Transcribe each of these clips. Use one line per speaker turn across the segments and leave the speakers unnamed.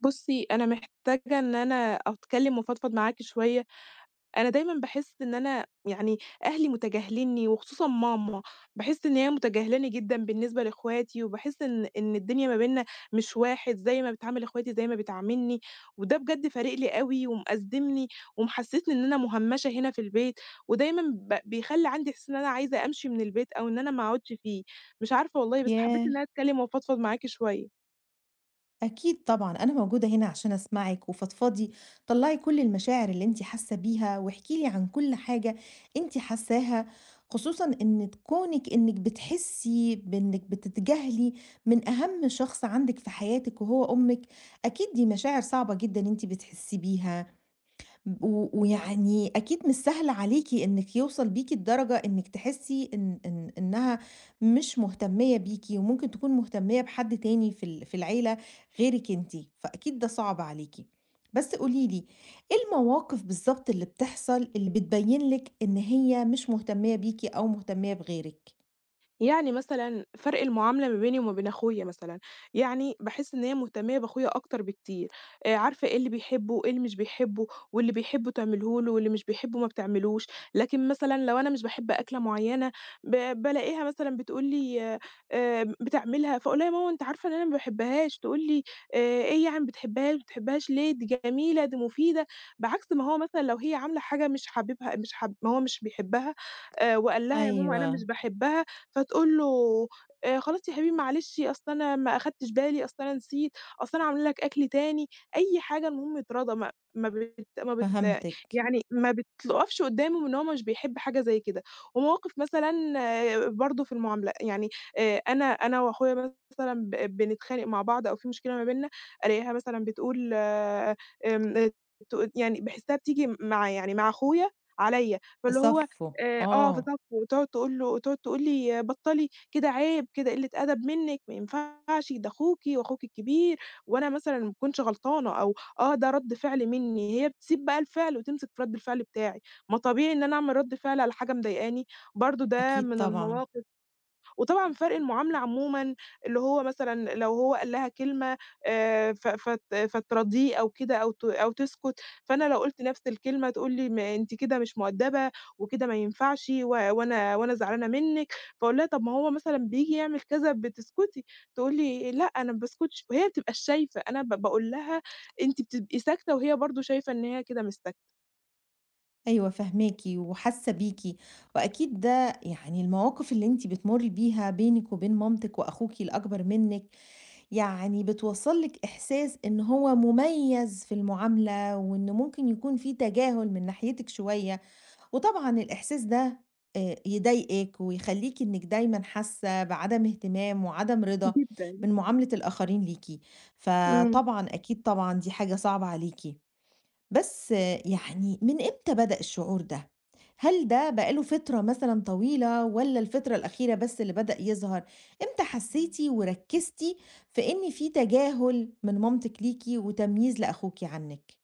بُصّي، أنا محتاجة إن أنا أتكلّم وأفضفض معاكِ شوية، أنا دايمًا باحس إن أنا يعني أهلي متجاهلينّي وخصوصًا ماما، باحس إن هي متجاهلاني جدًا بالنسبة لإخواتي، وباحس إن الدنيا ما بيننا مش واحد، زي ما بتعامل إخواتي زي ما بتعاملني، وده بجد فارق لي أوي ومأزّمني ومحسّسني إن أنا مُهمّشة هنا في البيت، ودايمًا بيخلّي عندي إحساس إن أنا عايزة أمشي من البيت أو إن أنا ما أقعدش فيه، مش عارفة والله بس حبّيت
ياه!
إن أنا أتكلّم وأفضفض معاكِ شوية.
أكيد طبعًا، أنا موجودة هنا عشان أسمعِك وفضفضي، طلّعي كل المشاعر اللي أنتِ حاسة بيها، واحكي لي عن كل حاجة أنتِ حاساها، خصوصًا إن كونِك إنِك بتحسي بإنِك بتتجاهلي من أهم شخص عندِك في حياتِك وهو أمِك، أكيد دي مشاعر صعبة جدًا أنتِ بتحسي بيها. و ويعني أكيد مش سهل عليكِ إنِّك يوصل بيكِ الدرجة إنِّك تحسّي إن إن إنها مش مهتمية بيكِ، وممكن تكون مهتمية بحد تاني في العيلة غيرِك أنتِ، فأكيد ده صعب عليكِ. بس قولي لي، إيه المواقف بالضبط اللي بتحصل اللي بتبين لِك إن هي مش مهتمية بيكِ أو مهتمية بغيرِك؟
يعني مثلًا فرق المعاملة ما بيني وما بين أخويا مثلًا، يعني باحس إن هي مهتمية بأخويا أكتر بكتير، عارفة إيه اللي بيحبه وإيه اللي مش بيحبه، واللي بيحبه تعمله له واللي مش بيحبه ما بتعملوش، لكن مثلًا لو أنا مش باحب أكلة معينة ب بالاقيها مثلًا بتقول لي بتعملها فاقول لها: "يا ماما أنتِ عارفة إن أنا ما باحبهاش." تقول لي: إيه يعني ما بتحبهاش، ما بتحبهاش ليه؟ دي جميلة، دي مفيدة." بعكس ما هو مثلًا لو هي عاملة حاجة مش حاببها مش حاب ما هو مش بيحبها وقال لها: "يا ماما أنا
أيوه،
مش باحبها." فتقول له خلاص يا حبيبي معلش أصل أنا ما أخدتش بالي، أصل أنا نسيت، أصل أنا عاملة لك أكل تاني، أي حاجة المهم يتراضى ما ما بت ما بت
فهمتِك،
يعني ما بتقفش قدّامه إن هو مش بيحب حاجة زي كده. ومواقف مثلًا برضه في المعاملة، يعني أنا وأخويا مثلًا بنتخانق مع بعض أو في مشكلة ما بيننا، ألاقيها مثلًا بتقول يعني باحسّها بتيجي مع أخويا عليّا، فاللي هو
تصفّوا،
آه
آه،
بالضبط، وتقعد تقول له تقعد تقول لي: "بطّلي كده عيب، كده قِلّة أدب منِّك، ما ينفعش، ده أخوكِ وأخوكِ الكبير وأنا مثلًا ما باكونش غلطانة." أو ده رَد فعل منّي، هي بتسيب بقى الفعل وتمسك في رَد الفعل بتاعي، ما طبيعي إن أنا أعمل رَد فعل على حاجة مضايقاني، برضه ده
أكيد
من
طبعًا.
المواقف وطبعًا فرق المعاملة عمومًا اللي هو مثلًا لو هو قال لها كلمة ف فت فتراضيه أو كده أو تسكت، فأنا لو قُلت نفس الكلمة تقول لي: "ما أنتِ كده مش مؤدبة وكده ما ينفعش و وأنا وأنا زعلانة منِّك." فاقول لها: "طب ما هو مثلًا بييجي يعمل كذا بتسكتي." تقول لي: "لأ أنا ما باسكتش." وهي ما بتبقاش شايفة، أنا باقول لها: "أنتِ بتبقي ساكتة." وهي برضه شايفة إن هي كده مش ساكتة.
أيوه فاهماكِ وحاسة بيكِ، وأكيد ده يعني المواقف اللي أنتِ بتمُرّي بيها بينِك وبين مامتِك وأخوكِ الأكبر منِّك، يعني بتوصّل لِك إحساس إن هو مميز في المعاملة، وإن ممكن يكون في تجاهل من ناحيتِك شوية، وطبعًا الإحساس ده يضايقِك ويخلّيكِ إنِّك دايمًا حاسة بعدم اهتمام وعدم رضا
جدًا،
من معاملة الآخرين ليكِ،
إمم.
فطبعًا أكيد طبعًا دي حاجة صعبة عليكِ. بس يعني من إمتى بدأ الشعور ده؟ هل ده بقى له فترة مثلًا طويلة والّا الفترة الأخيرة بس اللي بدأ يظهر؟ إمتى حسيتِ وركزتِ في في تجاهل من مامتِك ليكِ وتمييز لأخوكِ عنِك؟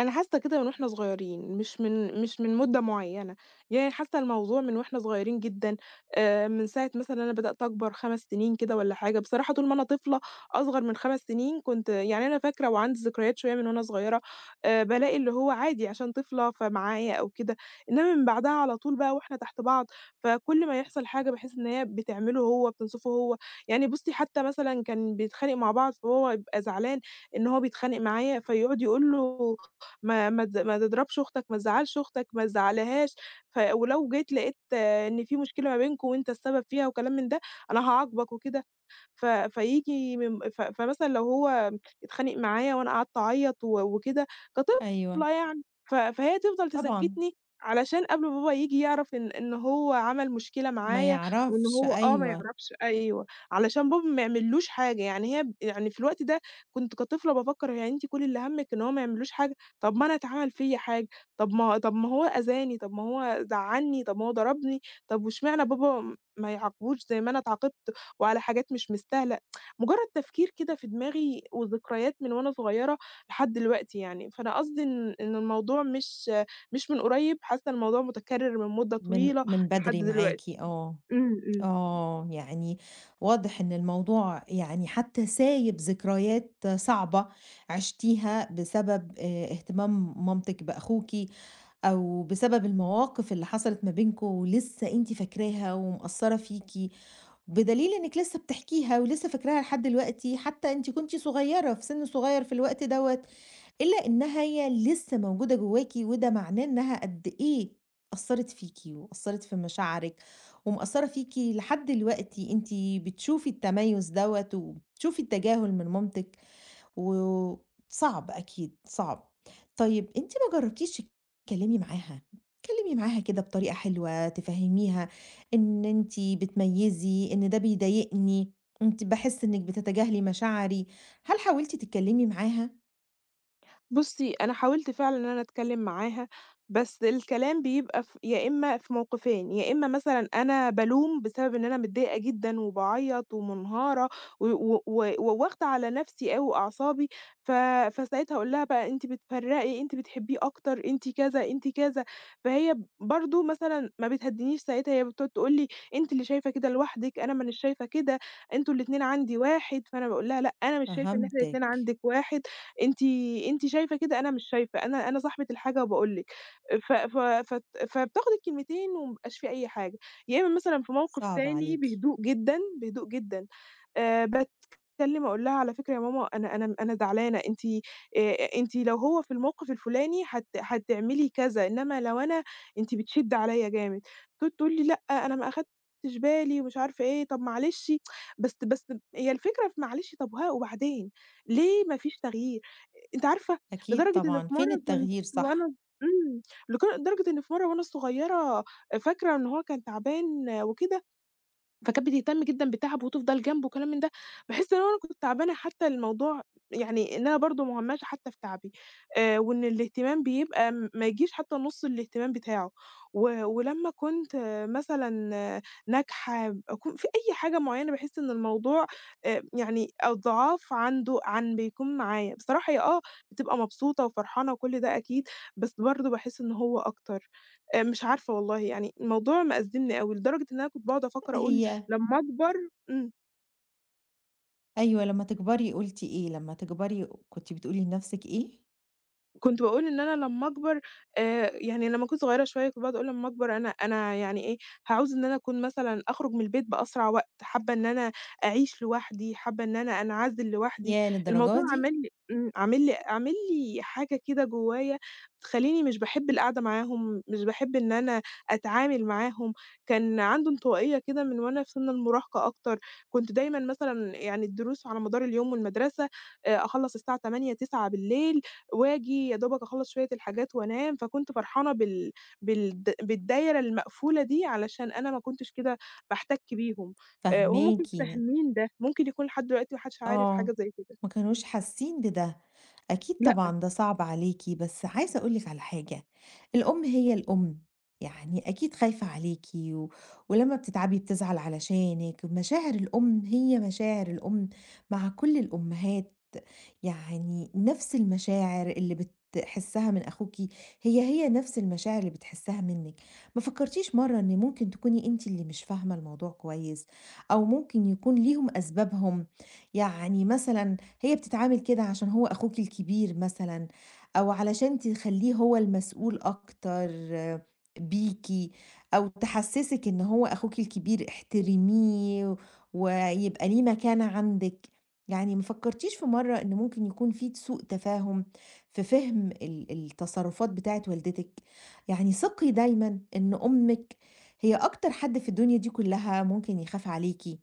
أنا حاسة كده من وإحنا صغيرين، مش من مدة معيّنة، يعني حاسة الموضوع من وإحنا صغيرين جدًا، من ساعة مثلًا أنا بدأت أكبر 5 سنين كده والّا حاجة، بصراحة طول ما أنا طفلة أصغر من 5 سنين كنت يعني أنا فاكرة وعندي ذكريات شوية من وأنا صغيرة، بالاقي اللي هو عادي عشان طفلة فمعايا أو كده، إنّما من بعدها على طول بقى وإحنا تحت بعض، فكل ما يحصل حاجة باحس إن هي بتعمله هو، بتنصفه هو، يعني بُصّي حتى مثلًا كان بيتخانق مع بعض فهو يبقى زعلان إن هو بيتخانق معايا، فيقعد يقول له ما ما تز ما تضربش أختك، ما تزعّلش أختك، ما تزعّلهاش، ولو جيت لقيت إن في مشكلة ما بينكم وأنت السبب فيها وكلام من ده، أنا هاعاقبك وكده. ف فييجي من ف فمثلًا لو هو اتخانق معايا وأنا قعدت أعيّط وكده
أيوه،
كطفلة يعني، فهي تفضل
طبعًا،
تسكّتني علشان قبل ما بابا ييجي يعرف إن هو عمل مشكلة
ما
معايا وإن
يعرفش،
هو ما
أيوه.
يعرفش أيوه، علشان بابا ما يعملّوش حاجة، يعني هي يعني في الوقت ده كنت كطفلة بافكّر يعني أنتِ كل اللي هَمِّك إن هو ما يعملّوش حاجة، طَب ما أنا اتعمل فيّا حاجة، طَب ما هو أذاني، طَب ما هو زعّلني، طَب ما هو ضربني، طَب واشمعنى بابا ما يعاقبوش زي ما أنا اتعاقبت؟ وعلى حاجات مش مستاهلة، مجرد تفكير كده في دماغي وذكريات من وأنا صغيرة لحد دلوقتي يعني، فأنا قصدي إن الموضوع مش من قريب، حاسة إن الموضوع متكرر من مدة
من
طويلة
من
لحد
بدري معاكِ،
دلوقتي.
آه،
إمم، إمم.
آه، يعني واضح إن الموضوع يعني حتى سايب ذكريات صعبة عشتيها بسبب اهتمام مامتِك بأخوكِ أو بسبب المواقف اللي حصلت ما بينكم ولسه أنتِ فاكراها ومأثّرة فيكِ، بدليل إنِّك لسه بتحكيها ولسه فاكراها لحد دلوقتي، حتى أنتِ كنتِ صغيّرة في سِن صغيّر في الوقت دوّة، إلا إنها هي لسه موجودة جواكِ وده معناه إنها قد إيه أثّرت فيكِ وأثّرت في مشاعرِك ومأثّرة فيكِ لحد دلوقتي، أنتِ بتشوفي التميُّز دوّة وبتشوفي التجاهل من مامتِك و صعب أكيد، صعب. طيب أنتِ ما جرّبتيش تتكلّمي معاها؟ اتكلّمي معاها كده بطريقة حلوة، تفهّميها إن أنتِ بتميّزي، إن ده بيضايقني، أنتِ باحس إنِّك بتتجاهلي مشاعري. هل حاولتِ تتكلّمي معاها؟
بُصّي، أنا حاولت فعلًا إن أنا أتكلّم معاها، بس الكلام بيبقى يا إمّا في موقفين، يا إمّا مثلًا أنا بالوم بسبب إن أنا متضايقة جدًا وباعيّط ومنهارة و و و وواخدة على نَفْسي أوي أعصابي، ف فساعتها أقول لها بقى أنتِ بتفرّقي، أنتِ بتحبّيه أكتر، أنتِ كذا، أنتِ كذا، فهي برضه مثلًا ما بتهدّينيش ساعتها، هي بتقعد تقول لي: "أنتِ اللي شايفة كده لوحدِك، أنا مانيش شايفة كده، أنتم الاتنين عندي واحد." فأنا باقول لها: "لأ، أنا مش شايفة إن إحنا
فهمتِك،
الاتنين عندِك واحد، أنتِ أنتِ شايفة كده، أنا مش شايفة، أنا صاحبة الحاجة وباقول لِك." ف ف فت فبتاخد الكلمتين وما بيبقاش في أي حاجة. يا إمّا مثلًا في موقف
صعب
تاني
عليكِ.
بهدوء جدًا، بهدوء جدًا باتكلم أقول لها: "على فكرة يا ماما أنا زعلانة، أنتِ لو هو في الموقف الفلاني هتعملي كذا، إنّما لو أنا أنتِ بتشِدّي عليّا جامد." تقول لي: "لأ، أنا ما أخدتش بالي." ومش عارفة إيه، طَب معلش بس هي الفكرة في معلش طَب ها وبعدين؟ ليه ما فيش تغيير؟ أنتِ عارفة
أكيد
لدرجة إن
طبعًا،
في
فين
مرّة كنت
التغيير صح؟
وأنا إمم، لدرجة إن في مرّة وأنا صغيرة فاكرة إن هو كان تعبان وكده، فكانت بتهتم جدًا بتعبه وتفضل جنبه وكلام من ده، باحس لو أنا كنت تعبانة حتى الموضوع يعني إن أنا برضه مهمشة حتى في تعبي، وإن الاهتمام بيبقى ما يجيش حتى نُص الاهتمام بتاعه، ولمّا كنت مثلًا ناجحة أكون في أي حاجة معينة باحس إن الموضوع يعني أضعاف عنده عن بيكون معايا، بصراحة هي بتبقى مبسوطة وفرحانة وكل ده أكيد، بس برضه باحس إن هو أكتر، مش عارفة والله يعني الموضوع مأزمني أوي لدرجة إن أنا كنت باقعد أفكر أقول
هي
لمّا أكبر إمم.
أيوه، لمّا تكبري قُلتِ إيه، لمّا تكبري كنتِ بتقولي لنَفْسِك إيه؟
كنت باقول إن أنا لمّا أكبر يعني لمّا كنت صغيرة شوية كنت باقعد أقول لمّا أكبر أنا يعني إيه، هاعوز إن أنا أكون مثلًا أخرج من البيت بأسرع وقت، حابة إن أنا أعيش لوحدي، حابة إن أنا أنعزل لوحدي،
ياه للدرجة
الموضوع
دي!
عامل لي إمم، عامل لي عامل لي حاجة كده جوايا تخلّيني مش باحب القعدة معاهم، مش باحب إن أنا أتعامل معاهم، كان عنده انطوائية كده من وأنا في سِن المراهقة أكتر، كنت دايمًا مثلًا يعني الدروس على مدار اليوم والمدرسة أخلّص الساعة 20:00، 21:00 وآجي يا دوبك أخلّص شوية الحاجات وأنام، فكنت فرحانة بالدايرة المقفولة دي علشان أنا ما كنتش كده باحتَك بيهم، وهُم ما كانوش
فاهماكِ.
فاهمين ده، ممكن يكون لحد دلوقتي ما حدش عارف
آه،
حاجة زي كده.
ما كانوش حاسين بده. أكيد طبعًا ده صعب عليكِ، بس عايزة أقول لِك على حاجة، الأم هي الأم، يعني أكيد خايفة عليكِ ولمّا بتتعبي بتزعل علشانِك، مشاعر الأم هي مشاعر الأم مع كل الأمهات يعني نفس المشاعر اللي بتحسّها من أخوكِ، هي نفس المشاعر اللي بتحسّها منِّك، ما فكّرتيش مرّة إن ممكن تكوني أنتِ اللي مش فاهمة الموضوع كويس، أو ممكن يكون ليهم أسبابهم، يعني مثلًا هي بتتعامل كده عشان هو أخوكِ الكبير مثلًا، أو علشان تخلّيه هو المسؤول أكتر بيكِ، أو تحسّسِك إن هو أخوكِ الكبير احترميه ويبقى ليه مكانة عندِك، يعني ما فكرتيش في مرة إن ممكن يكون في سوء تفاهم في فهم التصرفات بتاعة والدتك. يعني ثقي دايما إن أمك هي أكتر حد في الدنيا دي كلها ممكن يخاف عليكي،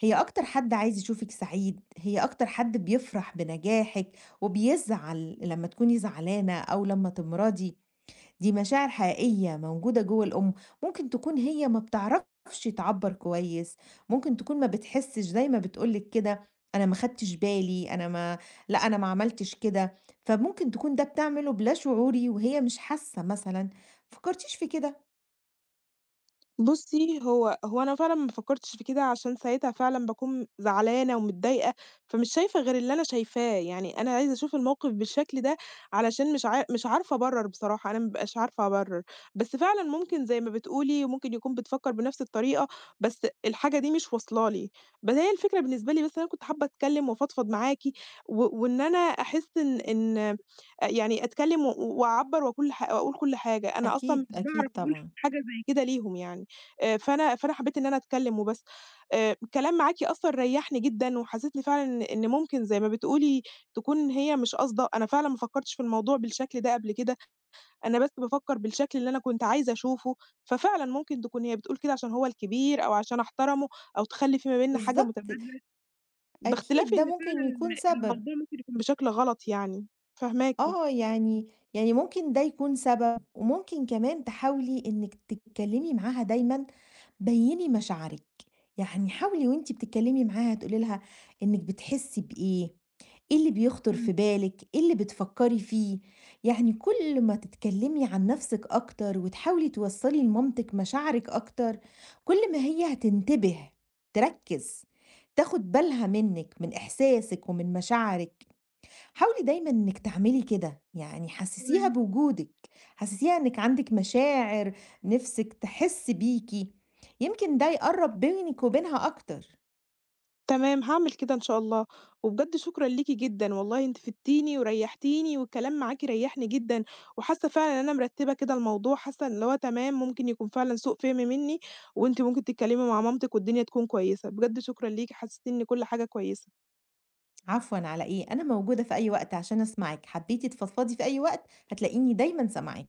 هي أكتر حد عايز يشوفك سعيد، هي أكتر حد بيفرح بنجاحك وبيزعل لما تكوني زعلانة أو لما تمرضي. دي مشاعر حقيقية موجودة جوه الأم، ممكن تكون هي ما بتعرفش تعبّر كويس، ممكن تكون ما بتحسّش زي ما بتقول لِك كده، أنا ما خدتش بالي، أنا ما لأ، أنا ما عملتش كده، فممكن تكون ده بتعمله بلا شعوري وهي مش حاسة مثلًا، ما فكرتيش في كده؟
بُصّي، هو أنا فعلًا ما فكّرتش في كده عشان ساعتها فعلًا باكون زعلانة ومتضايقة، فمش شايفة غير اللي أنا شايفاه، يعني أنا عايزة أشوف الموقِف بالشكل ده علشان مش عارفة أبرّر بصراحة، أنا ما بابقاش عارفة أبرّر، بس فعلًا ممكن زي ما بتقولي ممكن يكون بتفكّر بنَفْس الطريقة، بس الحاجة دي مش واصلة لي، بس هي الفكرة بالنسبة لي بس أنا كنت حابة أتكلّم وأفضفض معاكِ وإن أنا أحس إن إن أ يعني أتكلّم وأعبّر وأكون ح وأقول كل حاجة، أنا أصلًا
أكيد،
مش باعرف
أكيد
أقول
طبعًا.
حاجة زي كده ليهم يعني. فأنا حبيت إن أنا أتكلّم وبس. الكلام معاكِ أصلًا ريّحني جدًا وحسّيت لي فعلًا إن ممكن زي ما بتقولي تكون هي مش قاصدة، أنا فعلًا ما فكّرتش في الموضوع بالشكل ده قبل كده، أنا بس بافكّر بالشكل اللي أنا كنت عايزة أشوفه، ففعلًا ممكن تكون هي بتقول كده عشان هو الكبير أو عشان أحترمه أو تخلّي في ما بيننا حاجة
بالضبط،
متبادلة، باختلاف
أكيد ده
إن
ممكن
فعلًا
يكون سبب.
الموضوع ممكن يكون بشكل غلط يعني. فاهماكِ.
آه، يعني ممكن ده يكون سبب، وممكن كمان تحاولي إنِّك تتكلّمي معاها دايمًا بيّني مشاعرِك، يعني حاولي وأنتِ بتتكلّمي معاها تقولي لها إنِّك بتحسّي بإيه، إيه اللي بيخطر في
إمم،
بالِك، إيه اللي بتفكّري فيه، يعني كل ما تتكلّمي عن نَفْسِك أكتر وتحاولي توصّلي لمامتِك مشاعرِك أكتر، كل ما هي هتنتبه، تركّز، تاخُد بالها منِّك، من إحساسِك ومن مشاعرِك. حاولي دايمًا إنِّك تعملي كده، يعني حسّسيها
تمام.
بوجودِك، حسّسيها إنِّك عندِك مشاعر نِفْسِك تحِس بيكِ، يمكن ده يقرّب بينِك وبينها أكتر.
تمام، هاعمل كده إن شاء الله، وبجد شكرًا ليكِ جدًا، والله أنتِ فدتيني وريحتيني، والكلام معاكِ ريحني جدًا، وحاسة فعلًا إن أنا مرتبة كده الموضوع، حاسة إن هو تمام ممكن يكون فعلًا سوء فهم مني، وأنتِ ممكن تتكلمي مع مامتِك والدنيا تكون كويسة، بجد شكرًا ليكِ حسستيني إن كل حاجة كويسة.
عفوًا على إيه، أنا موجودة في أي وقت عشان أسمعِك، حبّيتِ تفضفضي في أي وقت هتلاقيني دايمًا سامعاكِ.